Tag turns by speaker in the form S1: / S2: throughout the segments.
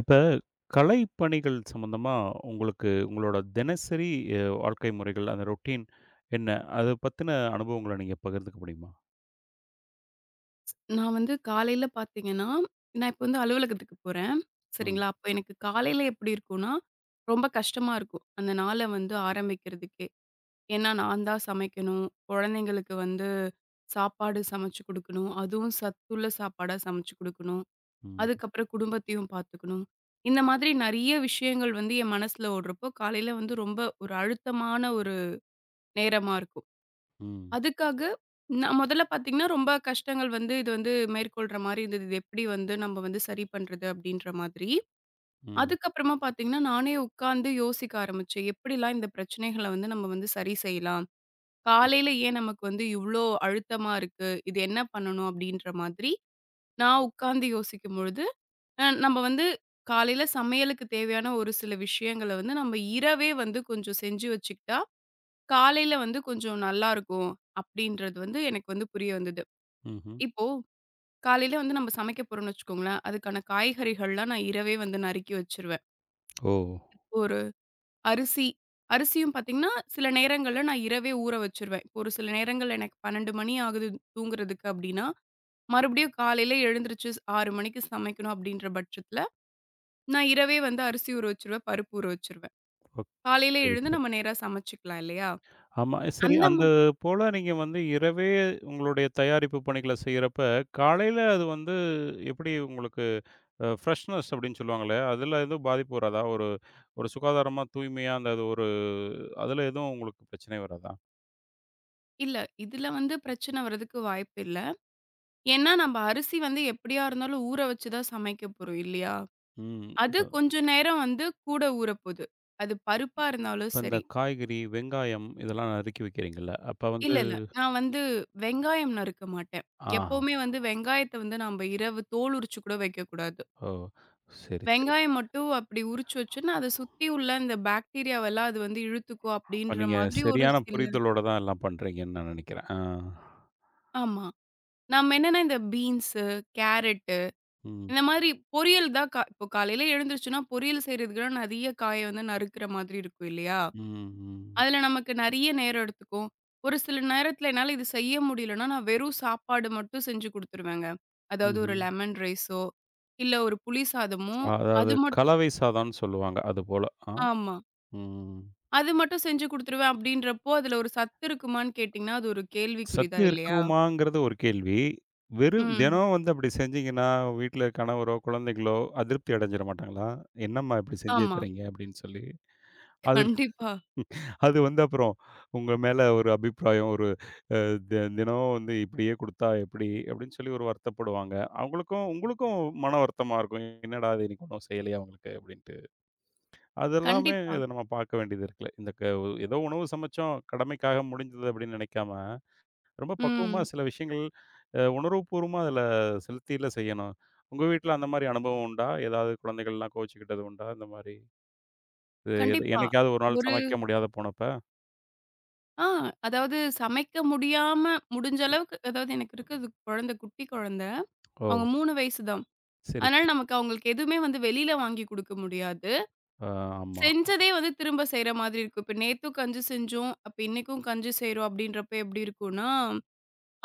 S1: இப்ப கலைப்பணிகள் சம்மந்தமா உங்களுக்கு உங்களோட தினசரி வாழ்க்கை முறைகள், அந்த ரொட்டீன் என்ன? அத பத்தின அனுபவங்கள நீங்க பகிர்ந்துக்க முடியுமா?
S2: நான் வந்து காலையில பார்த்தீங்கன்னா, நான் இப்ப வந்து அலுவலகத்துக்கு போறேன்.
S1: ம்.
S2: சரிங்களா? அப்ப எனக்கு காலையில எப்படி இருக்கும்னா, ரொம்ப கஷ்டமா இருக்கும். அந்த நாள வந்து ஆரம்பிக்கிறதுக்கே. ஏன்னா, நான் தான் சமைக்கணும். குழந்தைங்களுக்கு வந்து சாப்பாடு சமைச்சு குடுக்கணும். அதுவும் சத்துள்ள சாப்பாடா சமைச்சு குடுக்கணும்.
S1: ம்.
S2: அதுக்கப்புறம் குடும்பத்தையும் பார்த்துக்கணும். இந்த மாதிரி நெறைய விஷயங்கள் வந்து என் மனசுல ஓடுறப்போ, காலையில வந்து ரொம்ப ஒரு அழுத்தமான ஒரு நேரமா இருக்கும்.
S1: ம்.
S2: அதுக்காக நான் முதல்ல பார்த்தீங்கன்னா, ரொம்ப கஷ்டங்கள் வந்து இது வந்து மேற்கொள்ற மாரி இருந்தது. இது எப்படி வந்து நம்ம வந்து சரி பண்றது அப்படின்ற மாதிரி.
S1: ம்.
S2: அதுக்கப்புறமா பார்த்தீங்கன்னா, நானே உட்கார்ந்து யோசிக்க ஆரம்பிச்சேன். எப்படிலாம் இந்த பிரச்சனைகள வந்து நம்ம வந்து சரி செய்யலாம்?
S1: ம்.
S2: காலையில ஏன் நமக்கு வந்து இவ்ளோ அழுத்தமா இருக்கு? இது என்ன பண்ணணும்? அப்படின்ற மாதிரி நான் உட்கார்ந்து யோசிக்கும் பொழுது, நம்ம வந்து காலையில சமையலுக்கு தேவையான ஒரு சில விஷயங்கள வந்து நம்ம இரவே வந்து கொஞ்சம் செஞ்சு வச்சுக்கிட்டா காலையில வந்து கொஞ்சம் நல்லாருக்கும். அப்படின்றது வந்து எனக்கு வந்து புரிய வந்தது.
S1: ம்ஹ்ம்.
S2: இப்போ காலையில வந்து நம்ம சமைக்க போறோம்ன்னு வச்சுக்கோங்களேன், அதுக்கான காய்கறிகள்லாம் நான் இரவே வந்து நறுக்கி வச்சுருவேன்.
S1: ஓ!
S2: ஒரு அரிசி அரிசியும் பார்த்தீங்கன்னா, சில நேரங்கள்ல நான் இரவே ஊற வச்சுருவேன். ஒரு சில நேரங்கள்ல எனக்கு 12 மணி ஆகுது தூங்குறதுக்கு அப்படின்னா, மறுபடியும் காலையில எழுந்திரிச்சு 6 மணிக்கு சமைக்கணும் அப்படின்ற பட்சத்தில, நான் இரவே வந்து அரிசி ஊற வச்சுருவேன், பருப்பு ஊற வச்சுருவேன்.
S1: ஓ!
S2: காலையில
S1: சரி,
S2: எழுந்து
S1: சரி.
S2: நம்ம நேரா சமைச்சுக்கலாம் இல்லையா?
S1: ஆமா. சரி
S2: அந்த
S1: அந்த
S2: மா
S1: போல நீங்க வந்து இரவே உங்களுடைய தயாரிப்பு பணிகள செய்யறப்ப, காலையில அது வந்து எப்படி உங்களுக்கு ஃப்ரெஷ்னஸ் அப்படின்னு சொல்லுவாங்கல்ல, அதுல எதுவும் பாதிப்பு வராதா? ஒரு ஒரு சுகாதாரமா, தூய்மையா அந்த அது ஒரு அதுல எதுவும் உங்களுக்கு பிரச்சனை வராதா?
S2: இல்ல. இதில வந்து பிரச்சனை வர்றதுக்கு வாய்ப்பில்ல. ஏன்னா, நம்ம அரிசி வந்து எப்படியா இருந்தாலும் ஊற வச்சு தான் சமைக்க போறோம் இல்லையா?
S1: ம்.
S2: அது
S1: இப்ப
S2: கொஞ்ச நேரம் வந்து கூட ஊறப்போது. அது பருப்பா இருந்தாலும்
S1: இப்ப இந்த
S2: சரி.
S1: காய்கறி, வெங்காயம் இதெல்லாம் நறுக்கி வைக்கிறீங்கல்ல, அப்ப வந்து
S2: இல்ல, இல்ல. நான் வந்து வெங்காயம் நறுக்க மாட்டேன்.
S1: ஆஹா!
S2: எப்பவுமே வந்து வெங்காயத்த வந்து நம்ம இரவு தோல் உரிச்சு கூட வைக்கக்கூடாது.
S1: ஓ! சரி, சரி.
S2: வெங்காயம் மட்டும் அப்படி உரிச்சு வச்சுன்னா, அத சுத்தி உள்ள இந்த பாக்டீரியாவெல்லாம் அது வந்து இழுத்துக்கும்
S1: அப்ப
S2: அப்படின்ற
S1: நீங்க
S2: மாதிரி ஒரு
S1: சரியான
S2: சில
S1: புரிதலோட தான் எல்லாம் பண்றீங்கன்னு நான் நினைக்கிறேன். ஆ.
S2: ஆமா. நம்ம என்னன்னா இந்த பீன்ஸு, கேரட்
S1: ம்.
S2: இந்த மாதிரி பொரியல் தான் கா இப்போ காலையில எழுந்துருச்சுன்னா, பொரியல் செய்றதுக்குலாம் நெறைய காய வந்து நறுக்குற மாதிரி இருக்கும் இல்லையா?
S1: ம். ம்.
S2: அதுல நமக்கு நெறைய நேரம் எடுத்துக்கும். ஒரு சில நேரத்துல என்னால இது செய்ய முடியலன்னா, நான் வெறும் சாப்பாடு மட்டும் செஞ்சு குடுத்துருவேங்க. அதாவது ஒரு
S1: ம்ஹ்ம்.
S2: லெமன் ரைஸோ, இல்ல ஒரு புளி சாதமோ,
S1: அதாவது
S2: அது மட்
S1: கலவை சாதம்ன்னு சொல்லுவாங்க. அதுபோல. ஆ.
S2: ஆமா.
S1: ம்.
S2: அது மட்டும் செஞ்சு குடுத்துருவேன் அப்படின்றப்போ, அதுல ஒரு சத்து இருக்குமான்னு கேட்டீங்கன்னா, அது ஒரு கேள்விக்குறி
S1: சத்து
S2: தான் இல்லையா?
S1: இருக்குமாங்கிறது ஒரு கேள்வி. வெறும்
S2: ம்.
S1: தினம் வந்து அப்படி செஞ்சீங்கன்னா, வீட்ல கணவரோ, குழந்தைகளோ அதிருப்தி அடைஞ்சிட மாட்டாங்களா? "என்னம்மா இப்படி செஞ்சே
S2: ஆமா.
S1: தர்றீங்க?" அப்படின்னு சொல்லி. அது
S2: கண்டிப்பா,
S1: அது வந்து அப்புறம் உங்க மேல ஒரு அபிப்பிராயம், ஒரு அ தி தினம் வந்து இப்படியே குடுத்தா எப்படி? அப்படின்னு சொல்லி ஒரு வருத்தப்படுவாங்க. அவங்களுக்கும் உங்களுக்கும் மன வருத்தமா இருக்கும். என்னடா இது இன்னைக்கு ஒண்ணும் செய்யலையா அவங்களுக்கு அப்படின்ட்டு. அதெல்லாமே
S2: கண்டிப்பா.
S1: இத நம்ம பார்க்க வேண்டியது இருக்குல்ல. இந்த க ஏதோ உணவு சமைச்சோம், கடமைக்காக முடிஞ்சது அப்படின்னு நினைக்காம, ரொம்ப பக்குவமா
S2: ம்.
S1: சில விஷயங்கள் உணர்வுபூர்வமா அதில செலுத்தில செய்யணும். உங்க வீட்ல அந்த மாரி அனுபவம் உண்டா? ஏதாவது குழந்தைகள்லாம் கோவிச்சுக்கிட்டது உண்டா? இந்த மாரி? இது எது
S2: கண்டிப்பா.
S1: என்னைக்காவது ஒரு நாள் சமைக்க முடியாத போனப்ப?
S2: ஆ, அதாவது சமைக்க முடியாம முடிஞ்ச அளவுக்கு அதாவது எனக்கு இருக்கிறது குழந்தை, குட்டி குழந்தை.
S1: ஓ!
S2: அவங்க 3 வயசு தான்.
S1: சரி,
S2: அதனால
S1: சரி.
S2: நமக்கு அவங்களுக்கு எதுவுமே வந்து வெளியில வாங்கி குடுக்க முடியாது.
S1: ஆ ஆமா.
S2: செஞ்சதே வந்து திரும்ப செய்ற மாதிரி இருக்கும். இப்ப நேத்தும் கஞ்சி செஞ்சோம், அப்ப இன்னைக்கும் கஞ்சி செய்றோம் அப்படின்றப்ப எப்படி இருக்கும்னா,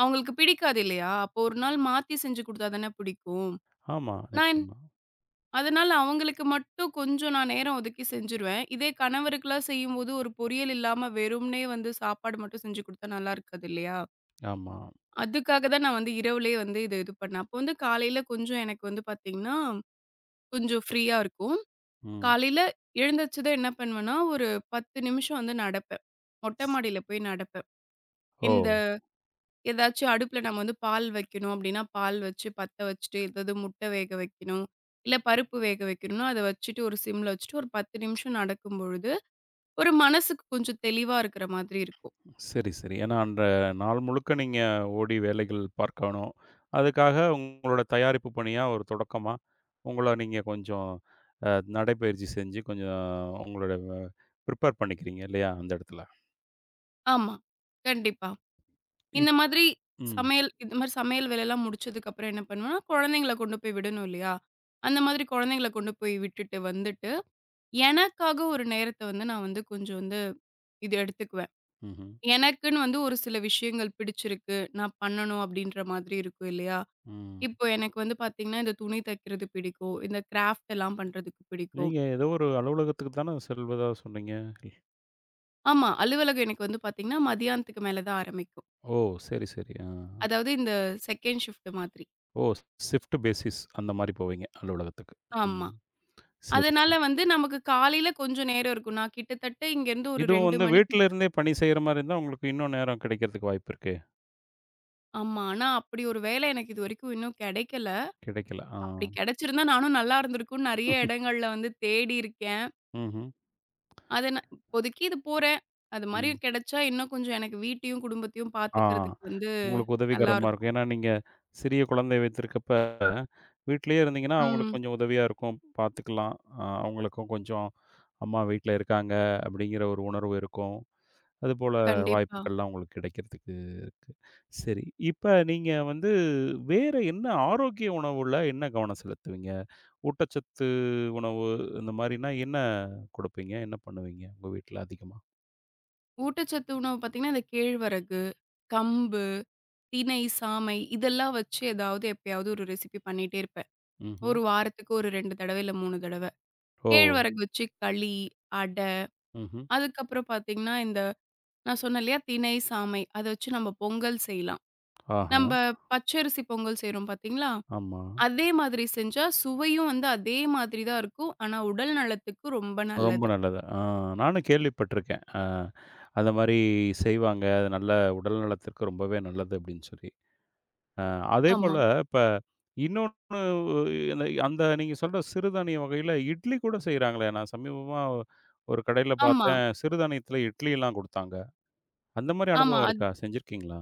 S2: அவங்களுக்கு பிடிக்காது இல்லையா? அப்போ ஒரு நாள் மாத்தி செஞ்சு குடுத்தா தானே பிடிக்கும்.
S1: ஆமா.
S2: நான்
S1: நிச்சயமா.
S2: அதனால அவங்களுக்கு மட்டும் கொஞ்சம் நான் நேரம் ஒதுக்கி செஞ்சுருவேன். இதே கணவருக்குலாம் செய்யும்போது ஒரு பொரியல் இல்லாம வெறுமனே வந்து சாப்பாடு மட்டும் செஞ்சு குடுத்தா நல்லா இருக்காது இல்லையா?
S1: ஆமா.
S2: அதுக்காக தான் நான் வந்து இரவுலயே வந்து இது இது பண்ணேன். அப்போ வந்து காலையில கொஞ்சம் எனக்கு வந்து பார்த்தீங்கன்னா, கொஞ்சம் ஃப்ரீயா இருக்கும்.
S1: ம்.
S2: காலையில எழுந்திரிச்சதும் என்ன பண்ணுவேன்னா, ஒரு 10 நிமிஷம் வந்து நடப்பேன். மொட்டை மாடியில போய் நடப்பேன்.
S1: ஓ!
S2: இந்த ஏதாச்சும் அடுப்புல நம்ம வந்து பால் வைக்கணும் அப்படின்னா, பால் வச்சு பத்த வச்சுட்டு, ஏதாவது முட்டை வேக வைக்கணும், இல்ல பருப்பு வேக வைக்கணும்னா, அத வச்சுட்டு ஒரு சிம்ல வச்சுட்டு ஒரு 10 நிமிஷம் நடக்கும் பொழுது, ஒரு மனசுக்கு கொஞ்சம் தெளிவா இருக்கிற மாதிரி இருக்கும்.
S1: சரி, சரி. ஏன்னா அந்த நாள் முழுக்க நீங்க ஓடி வேலைகள் பார்க்கணும். அதுக்காக உங்களோட தயாரிப்பு பணியா ஒரு தொடக்கமா, உங்கள நீங்க கொஞ்சம் அ நடைப்பயிற்சி செஞ்சு கொஞ்சம் உங்களோட ப்ரிப்பேர் பண்ணிக்கிறீங்க இல்லையா? அந்த இடத்துல.
S2: ஆமா. கண்டிப்பா. இந்த
S1: இப்
S2: மாதிரி
S1: ம்.
S2: சமையல் இந்த மாதிரி சமையல் வேலைலாம் முடிச்சதுக்கப்புறம் என்ன பண்ணுவேன்னா, குழந்தைங்கள கொண்டு போய் விடணும் இல்லையா? அந்த மாதிரி குழந்தைங்கள கொண்டு போய் விட்டுட்டு வந்துட்டு, எனக்காக ஒரு நேரத்த வந்து நான் வந்து கொஞ்சம் வந்து இது எடுத்துக்குவேன்.
S1: ம்ஹ்ம்.
S2: எனக்குன்னு வந்து ஒரு சில விஷயங்கள் பிடிச்சிருக்கு. நான் பண்ணணும் அப்படின்ற மாதிரி இருக்கும் இல்லையா?
S1: ம்.
S2: இப்போ எனக்கு வந்து பார்த்தீங்கன்னா, இந்த துணி தைக்கிறது பிடிக்கும். இந்த கிராஃப்ட் எல்லாம் பண்றதுக்கு பிடிக்கும்.
S1: நீங்க ஏதோ ஒரு அலுவலகத்துக்கு தான செல்வதா சொன்னீங்க? இல்-
S2: ஆமா, அலுவலகம் எனக்கு வந்து பார்த்தீங்கன்னா, மதியானத்துக்கு மேல தான் ஆரம்பிக்கும்.
S1: ஓ! சரி, சரி. ஆ.
S2: அதாவது இந்த 2ண்ட் ஷிஃப்ட் மாதிரி.
S1: ஓ! ஷிஃப்ட் பேசிஸ் அந்த மாரி போவீங்க அலுவலகத்துக்கு.
S2: ஆமா.
S1: ம். சரி,
S2: அதனால
S1: சரி.
S2: வந்து நமக்கு காலையில கொஞ்சம் நேரம் இருக்கும். நான் கிட்டத்தட்ட இங்கேருந்து ஒரு
S1: இதுவும்
S2: 2
S1: வந்து
S2: மணிக்கு
S1: வீட்ல இருந்தே பணி செய்ற மாரி இருந்தா, உங்களுக்கு இன்னும் நேரம் கிடைக்கிறதுக்கு வாய்ப்பு இருக்கே!
S2: ஆமா. ஆனா அப்படி ஒரு வேலை எனக்கு இதுவரைக்கும் இன்னும் கிடைக்கல.
S1: கிடைக்கல. ஆ.
S2: அப்படி கிடைச்சிருந்தா நானும் நல்லா இருந்திருக்கும்னு நெறைய இடங்கள்ல வந்து தேடி இருக்கேன்.
S1: ம்ஹ்ம்.
S2: அத நான் இப்போதைக்கு இது போறேன். அது மாரி
S1: ம்.
S2: கிடைச்சா இன்னும் கொஞ்சம் எனக்கு வீட்டையும், குடும்பத்தையும்
S1: ஆ.
S2: பார்த்துக்கிறதுக்கு வந்து
S1: உங்களுக்கு உதவிகரமா இருக்கும்.
S2: நல்லாருக்கும்.
S1: ஏன்னா, நீங்க சிறிய குழந்தை வைத்திருக்கப்ப, வீட்லயே இருந்தீங்கன்னா, அவங்களுக்கு
S2: ம்.
S1: கொஞ்சம் உதவியா இருக்கும். பார்த்துக்கலாம். அவங்களுக்கும் கொஞ்சம், அம்மா வீட்ல இருக்காங்க அப்படிங்கிற ஒரு உணர்வு இருக்கும். அதுபோல
S2: கண்டிப்பா.
S1: வாய்ப்புகள்லாம் உங்களுக்கு கிடைக்கிறதுக்கு இருக்கு. சரி. இப்ப நீங்க வந்து வேற என்ன ஆரோக்கிய உணவுல என்ன கவனம் செலுத்துவீங்க? ஊட்டச்சத்து உணவு இந்த மாரினா என்ன குடுப்பீங்க? என்ன பண்ணுவீங்க உங்க வீட்ல அதிகமா?
S2: ஊட்டச்சத்து உணவு பார்த்தீங்கன்னா, இந்த கேழ்வரகு, கம்பு, திணை, சாமை இதெல்லாம் வச்சு ஏதாவது எப்பயாவது ஒரு ரெசிபி பண்ணிட்டே இருப்பேன்.
S1: ம்ஹ்ம்.
S2: ஒரு வாரத்துக்கு ஒரு 2 தடவ, இல்ல 3 தடவ.
S1: ஓ!
S2: கேழ்வரகு வச்சு களி, அடை,
S1: ம்ஹ்ம்.
S2: அதுக்கப்புறம் பார்த்தீங்கன்னா, இந்த நான் சொன்னேன் இல்லையா? திணை, சாமை அத வச்சு நம்ம பொங்கல் செய்யலாம்.
S1: ஆஹா.
S2: நம்ப பச்சரிசி பொங்கல் செய்றோம் பார்த்தீங்களா?
S1: ஆமா.
S2: அதே மாதிரி செஞ்சா சுவையும் வந்து அதே மாதிரி தான் இருக்கும். ஆனா உடல் நலத்துக்கு ரொம்ப
S1: ரொம்ப
S2: நல்லது.
S1: நல்லது. ஆ நானும் கேள்விப்பட்டிருக்கேன். அந்த மாரி செய்வாங்க. அது நல்ல உடல் நலத்திற்கு ரொம்பவே நல்லது அப்டின்னு சொல்லி. அ
S2: ஆமா,
S1: அதேபோல இப்ப இன்னொன்னு அந்த அந்த நீங்க சொல்ற சிறுதானிய வகையில இட்லி கூட செய்றாங்களே! நான் சமீபமா ஒரு கடையில
S2: ஆமா,
S1: பார்த்தேன். சிறுதானியத்தில இட்லிலாம் குடுத்தாங்க. அந்த மாரி
S2: ஆமா.
S1: அனுபவம்
S2: அது
S1: இருக்கா? செஞ்சிருக்கீங்களா?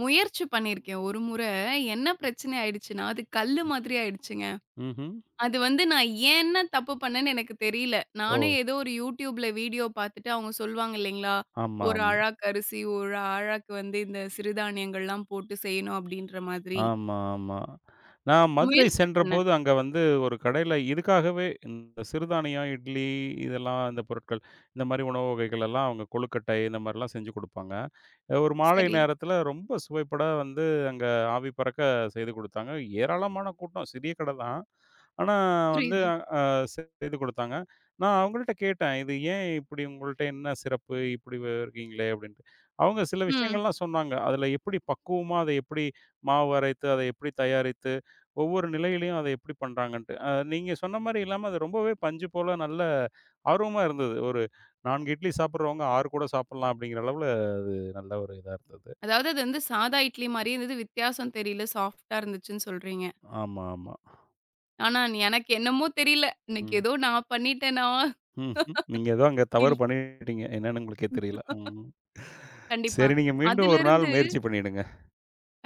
S2: முயற்சி பண்ணியிருக்கேன் ஒரு முறை. என்ன பிரச்சனை ஆயிடுச்சுன்னா, அது கல்லு மாதிரி ஆயிடுச்சுங்க.
S1: ம்ஹ்ம்.
S2: அது வந்து நான் ஏன் தப்பு பண்ணேன்னு எனக்கு தெரியல.
S1: ஓ!
S2: நானே ஏதோ ஒரு YouTubeல வீடியோ பார்த்துட்டு அவங்க சொல்லுவாங்க இல்லைங்களா?
S1: ஆமா,
S2: ஒரு
S1: ஆமா.
S2: அழாக்கு அரிசி, ஒரு அழாக்கு வந்து இந்த சிறுதானியங்கள்லாம் போட்டு செய்யணும் அப்டின்ற மாதிரி.
S1: ஆமா, ஆமா. நான் மதுரை
S2: முயற்சி பண்ணேன்.
S1: சென்றபோது அங்க வந்து ஒரு கடையில இதுக்காகவே இந்த சிறுதானியம், இட்லி இதெல்லாம் இந்த பொருட்கள், இந்த மாரி உணவு வகைகள் எல்லாம் அவங்க கொழுக்கட்டை இந்த மாரிலாம் செஞ்சு குடுப்பாங்க. ஒரு மாலை
S2: சரி,
S1: நேரத்தில ரொம்ப சுவைபட வந்து அங்க ஆவி பறக்க செய்து குடுத்தாங்க. ஏராளமான கூட்டம். சிறிய கடை தான். ஆனா வந்து
S2: புரியுது.
S1: அ செய்து குடுத்தாங்க. நான் அவங்கள்ட்ட கேட்டேன். "இது ஏன் இப்படி உங்கள்ட்ட என்ன சிறப்பு? இப்படி இருக்கீங்களே?" அப்படின்ட்டு. அவங்க சில
S2: ம்.
S1: விஷயங்கள்லாம் சொன்னாங்க. அதில எப்படி பக்குவமா அதை எப்படி மாவு அரைத்து, அதை எப்படி தயாரித்து, ஒவ்வொரு நிலையிலயும் அதை எப்படி பண்றாங்கன்ட்டு. நீங்க சொன்ன மாரி இல்லாம அது ரொம்பவே பஞ்சு போல நல்ல ஆர்வமா இருந்தது. ஒரு 4 இட்லி சாப்பிடுறவங்க 6 கூட சாப்பிடலாம் அப்படிங்கிற அளவுல அது நல்ல ஒரு இதா இருந்தது.
S2: அதாவது அது வந்து சாதா இட்லி மாரியே இருந்தது. வித்தியாசம் தெரியல. சாஃப்ட்டா இருந்துச்சுன்னு சொல்றீங்க.
S1: ஆமா, ஆமா.
S2: ஆனா எனக்கு என்னமோ தெரியல. இன்னைக்கு
S1: ம்.
S2: ஏதோ நான் பண்ணிட்டேனா?
S1: ம்ஹ்ம். நீங்க ஏதோ அங்க தவறு
S2: இல்
S1: பண்ணிட்டீங்க. என்னன்னு உங்களுக்கே தெரியல. ம்.
S2: கண்டிப்பா.
S1: சரி நீங்க மீண்டும் ஒரு நாள்
S2: அதுலருந்து
S1: முயற்சி பண்ணிடுங்க.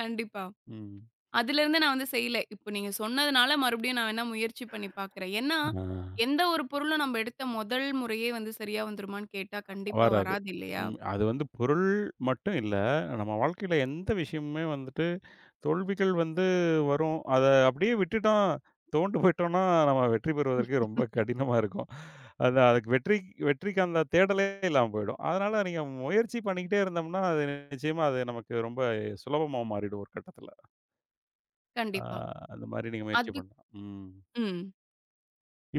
S2: கண்டிப்பா.
S1: ம்.
S2: அதிலிருந்து நான் வந்து செய்யல. இப்ப நீங்க சொன்னதுனால மறுபடியும் நான் வேணா முயற்சி பண்ணி பார்க்கிறேன். ஏன்னா,
S1: ஆ.
S2: எந்த ஒரு பொருளும் நம்ம எடுத்த முதல் முறையே வந்து சரியா வந்துருமான்னு கேட்டா கண்டிப்பா
S1: வராது.
S2: வராது இல்லையா?
S1: ம். அது வந்து பொருள் மட்டும் இல்ல. நம்ம வாழ்க்கையில எந்த விஷயமுமே வந்துட்டு தோல்விகள் வந்து வரும். அத அப்படியே விட்டுட்டோம், துவண்டு போயிட்டோம்னா, நம்ம வெற்றி பெறுவதற்கு ரொம்ப கடினமா இருக்கும். அதுக்கு வெற்றிக்கு அந்த தேடலே இல்லாம போயிடும். அதனால நீங்க முயற்சி பண்ணிக்கிட்டே இருந்தோம்னா, அது நிச்சயமா அது நமக்கு ரொம்ப சுலபமா மாறிடும் ஒரு கட்டத்தில. ஆ
S2: கண்டிப்பா.
S1: அந்த மாரி நீங்க முயற்சி
S2: அது
S1: பண்ணலாம். ம்.
S2: ம்.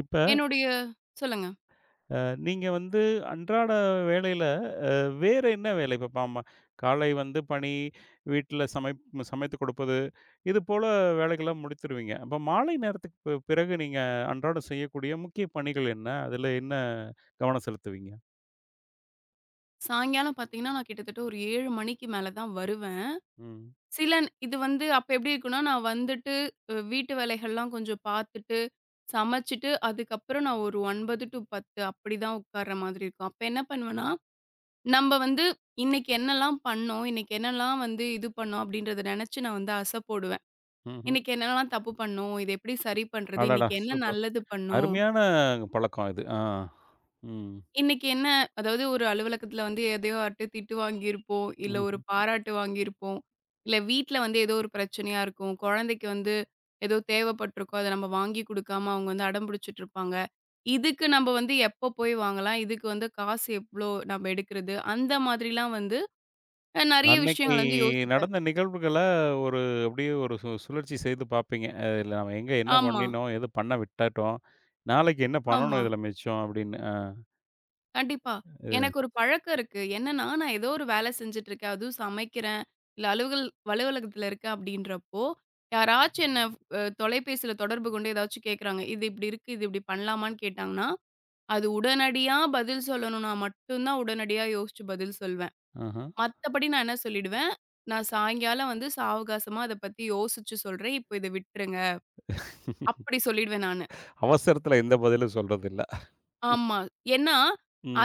S1: இப்ப
S2: என்னுடைய சொல்லுங்க.
S1: நீங்க வந்து அன்றாட வேலையில வேற என்ன வேலை? இப்ப காலை வந்து பணி, வீட்ல சமைத்து கொடுப்பது, இது போல வேலைகள முடித்துருவீங்க. அப்ப மாலை நேரத்துக்கு பிறகு நீங்க அன்றாடம் செய்யக்கூடிய முக்கிய பணிகள் என்ன? அதுல என்ன கவனம் செலுத்துவீங்க?
S2: சாயங்காலம் பார்த்தீங்கன்னா, நான் கிட்டத்தட்ட ஒரு 7 மணிக்கு மேல தான் வருவேன்.
S1: ம்.
S2: இது வந்து அப்ப எப்படி இருக்கும்னா, நான் வந்துட்டு வீட்டு வேலைகள்லாம் கொஞ்சம் பார்த்துட்டு, சமைச்சுட்டு, அதுக்கப்புறம் நான் ஒரு 9 டூ 10 அப்படி தான் உட்கார்ற மாதிரி இருக்கும். அப்ப என்ன பண்ணுவேன்னா நம்ப வந்து இன்னைக்கு என்னலாம் பண்ணோம்? இன்னைக்கு என்னலாம் வந்து இது பண்ணோம்? அப்படின்றத நெனச்சு நான் வந்து அசை போடுவேன்.
S1: ம்ஹ்ம்.
S2: இன்னைக்கு என்னலாம் தப்பு பண்ணோம்? இத எப்படி சரி பண்றது?
S1: அடடா!
S2: இன்னைக்கு என்ன
S1: சூப்பர்.
S2: நல்லது பண்ணோம்?
S1: அருமையான பழக்கம் இது. ஆ. ம்.
S2: இன்னைக்கு என்ன அதாவது ஒரு அலுவலகத்துல வந்து எதையோட்டு திட்டு வாங்கியிருப்போம். இல்ல ஒரு
S1: ம்ஹ்ம்.
S2: பாராட்டு வாங்கியிருப்போம். இல்ல வீட்ல வந்து ஏதோ ஒரு பிரச்சனையா இருக்கும். குழந்தைக்கு வந்து ஏதோ தேவைப்பட்டிருக்கும். அத நம்ம வாங்கி குடுக்காம அவங்க வந்து அடம் பிடிச்சுட்டு இருப்பாங்க. இதுக்கு நம்ப வந்து எப்போ போய் வாங்கலாம்? இதுக்கு வந்து காசு எவ்ளோ நம்ப எடுக்கிறது? அந்த மாதிரிலாம் வந்து நெறைய
S1: அன்னைக்கு
S2: விஷயங்கள் வந்து யோசிப்பேன்.
S1: நடந்த நிகழ்வுகள ஒரு அப்படியே ஒரு சுழற்சி செய்து பார்ப்பீங்க. இதுல நம்ம எங்க என்ன
S2: ஆமா,
S1: பண்ணினோம்? எது பண்ண விட்டுட்டோம்? நாளைக்கு என்ன
S2: ஆமா.
S1: பண்ணணும் இதுல மிச்சம்? அப்படின்னு.
S2: கண்டிப்பா.
S1: ஆ.
S2: எனக்கு ஒரு பழக்கம் இருக்கு. என்னன்னா, நான் ஏதோ ஒரு வேலை செஞ்சுட்டு இருக்கேன். அதுவும் சமைக்கிறேன், இல்ல அலுவலகத்துல இருக்கேன் அப்படின்றப்போ, யாராச்சும் என்ன தொலைபேசியில தொடர்பு கொண்டு ஏதாச்சும் கேட்குறாங்க. இது இப்படி இருக்கு, இது இப்படி பண்ணலாமான்னு கேட்டாங்கன்னா, அது உடனடியா பதில் சொல்லணும்னா மட்டும் தான் உடனடியா யோசிச்சு பதில் சொல்வேன்.
S1: ஆஹா.
S2: மத்தபடி நான் என்ன சொல்லிடுவேன், நான் சாயங்காலம் வந்து சாவகாசமா அத பத்தி யோசிச்சு சொல்றேன். இப்போ இத விட்டுருங்க. அப்படி சொல்லிடுவேன் நானு.
S1: அவசரத்துல எந்த பதிலும் சொல்றதில்ல.
S2: ஆமா. ஏன்னா,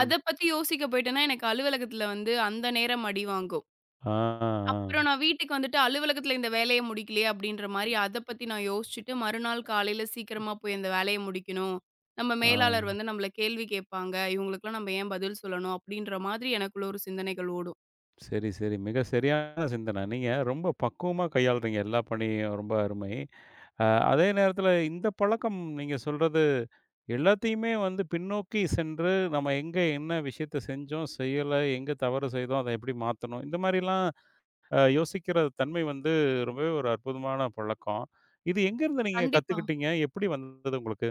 S2: அத பத்தி யோசிக்க போயிட்டேன்னா, எனக்கு அலுவலகத்துல வந்து அந்த நேரம் அடி வாங்கும்.
S1: ஆ, ஆ,
S2: அப்புறம் நான் வீட்டுக்கு வந்துட்டு அலுவலகத்துல இந்த வேலைய முடிக்கலையே அப்டின்ற மாரி அத பத்தி நான் யோசிச்சுட்டு, மறுநாள் காலையில சீக்கிரமா போய் அந்த வேலைய முடிக்கணும். நம்ம மேலாளர்
S1: ஆ.
S2: வந்து நம்மள கேள்வி கேட்பாங்க. இவங்களுக்கெல்லாம் நம்ம ஏன் பதில் சொல்லணும்? அப்டின்ற மாதிரி எனக்குள்ள ஒரு சிந்தனைகள் ஓடும்.
S1: சரி, சரி. மிக சரியான சிந்தனை. நீங்க ரொம்ப பக்குவமா கையாளுறீங்க எல்லா பணியும். ரொம்ப அருமை. அ அதே நேரத்துல இந்த பழக்கம் நீங்க சொல்றது எல்லாத்தையுமே வந்து பின்னோக்கி சென்று, நம்ம எங்க என்ன விஷயத்த செஞ்சோம், செய்யல, எங்க தவறு செய்தோம், அத எப்படி மாத்தணும், இந்த மாரிலாம் யோசிக்கிற தன்மை வந்து ரொம்பவே ஒரு அற்புதமான பழக்கம். இது எங்கேருந்து நீங்க
S2: கண்டிப்பா.
S1: கத்துக்கிட்டீங்க? எப்படி வந்தது உங்களுக்கு?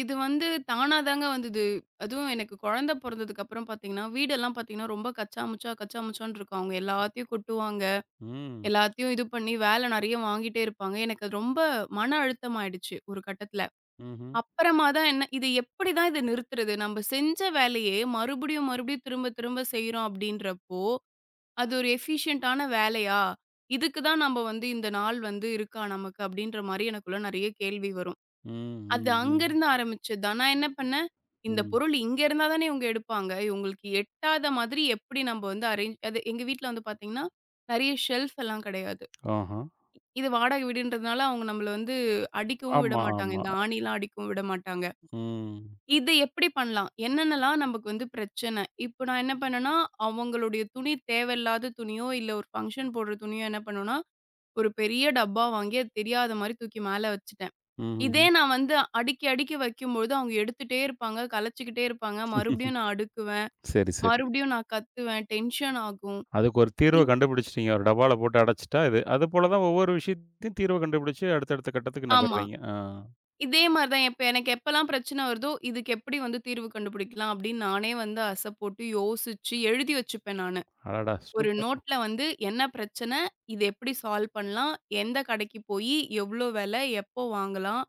S2: இது வந்து தானா தாங்க வந்தது. அதுவும் எனக்கு குழந்தை பொறந்ததுக்கப்புறம் பார்த்தீங்கன்னா, வீடெல்லாம் பார்த்தீங்கன்னா, ரொம்ப கச்சா முச்சா, கச்சா முச்சான்னு இருக்கும். அவங்க எல்லாத்தையும் கொட்டுவாங்க.
S1: ம்.
S2: எல்லாத்தையும் இது பண்ணி வேலை நெறைய வாங்கிட்டே இருப்பாங்க. எனக்கு அது ரொம்ப மன அழுத்தமாயிடுச்சு ஒரு கட்டத்துல.
S1: ம்ஹ்ம்.
S2: அப்புறமா தான் என்ன இது எப்படி தான் இத நிறுத்துறது? நம்ப செஞ்ச வேலையே மறுபடியும், மறுபடியும் திரும்ப, திரும்ப செய்றோம் அப்படின்றப்போ, அது ஒரு எஃபிஷியன்ட்டான வேலையா? இதுக்கு தான் நம்ப வந்து இந்த நாள் வந்து இருக்கா நமக்கு? அப்படின்ற மாரி எனக்குள்ள நெறைய கேள்வி வரும்.
S1: ம்,
S2: அது
S1: ம், ம்,
S2: அங்கருந்து ஆரம்பிச்சது தான். நான் என்ன பண்ணேன், இந்த
S1: ம்.
S2: பொருள் இங்க இருந்தா தானே இவங்க எடுப்பாங்க. இவங்களுக்கு எட்டாத மாதிரி எப்படி நம்ப வந்து அரேஞ்ச் அது எங்க வீட்ல வந்து பாத்தீங்கன்னா, நெறைய ஷெல்ஃப் எல்லாம் கிடையாது.
S1: ஆஹா.
S2: இது வாடகை வீடுன்றதுனால, அவங்க நம்மள வந்து அடிக்கவும்
S1: ஆமா,
S2: விடமாட்டாங்க.
S1: ஆமா.
S2: இந்த ஆணிலாம் அடிக்கவும் விடமாட்டாங்க.
S1: ம்.
S2: இது எப்படி பண்ணலாம்? என்னென்னலாம் நமக்கு வந்து பிரச்சனை? இப்ப நான் என்ன பண்ணேன்னா, அவங்களுடைய துணி தேவையில்லாத துணியோ, இல்ல ஒரு ஃபங்ஷன் போடுற துணியோ என்ன பண்ணுவேன்னா, ஒரு பெரிய டப்பா வாங்கி அது தெரியாத மாரி தூக்கி மேல வச்சுட்டேன்.
S1: ம்ஹ்ஹ்ம்.
S2: இதே நான் வந்து அடுக்கி அடுக்கி வைக்கும்பொழுது அவங்க எடுத்துட்டே இருப்பாங்க, கலச்சுக்கிட்டே இருப்பாங்க. மறுபடியும் நான் அடுக்குவேன்.
S1: சரி, சரி.
S2: மறுபடியும் நான் கத்துவேன். டென்ஷன் ஆகும்.
S1: அதுக்கு ஒரு
S2: இ
S1: தீர்வ கண்டுபிடிச்சுட்டீங்க. ஒரு டப்பால போட்டு அடைச்சுட்டா இது. அதுபோல தான் ஒவ்வொரு விஷயத்தையும் தீர்வ கண்டுபிடிச்சு அடுத்தடுத்த கட்டத்துக்கு
S2: ஆமா.
S1: நகர்றீங்க. ஆ.
S2: இதே மாரி தான். இப்ப எனக்கு எப்பலாம் பிரச்சனை வருதோ, இதுக்கு எப்படி வந்து தீர்வு கண்டுபிடிக்கலாம் அப்படின்னு நானே வந்து அசை போட்டு யோசிச்சு எழுதி வச்சுப்பேன் நானு.
S1: அடடா!
S2: ஒரு
S1: சூப்பர்.
S2: நோட்ல வந்து என்ன பிரச்சனை? இது எப்படி சால்வ் பண்ணலாம்? எந்த கடைக்கு போயி எவ்ளோ விலை? எப்போ வாங்கலாம்?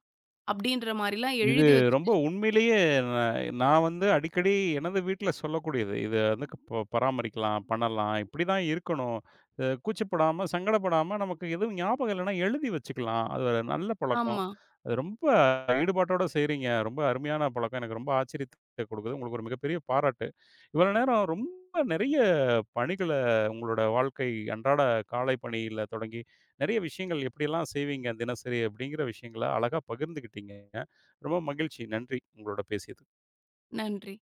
S2: அப்படின்ற மாரிலாம்
S1: இது
S2: எழுதி
S1: ரொம்ப
S2: வச்சுட்டு
S1: உண்மையிலேயே ந நான் வந்து அடிக்கடி எனது வீட்ல சொல்லக்கூடியது. இத வந்து க ப பராமரிக்கலாம், பண்ணலாம், இப்படிதான் இருக்கணும். கூச்சப்படாம, சங்கடப்படாம நமக்கு எதுவும் ஞாபகம் இல்லன்னா எழுதி வச்சுக்கலாம். அது ஒரு நல்ல பழக்கம்.
S2: ஆமா.
S1: அது ரொம்ப ஈடுபாட்டோட செய்றீங்க. ரொம்ப அருமையான பழக்கம். எனக்கு ரொம்ப ஆச்சரியத்த கொடுக்குது. உங்களுக்கு ஒரு மிகப்பெரிய பாராட்டு. இவ்வளோ நேரம் ரொம்ப நெறைய பணிகள உங்களோட வாழ்க்கை அன்றாட காலை பணியில தொடங்கி, நெறைய விஷயங்கள் எப்படியெல்லாம் செய்வீங்க தினசரி அப்படிங்கிற விஷயங்கள அழகா பகிர்ந்துக்கிட்டீங்க. ரொம்ப மகிழ்ச்சி. நன்றி. உங்களோட பேசியது.
S2: நன்றி.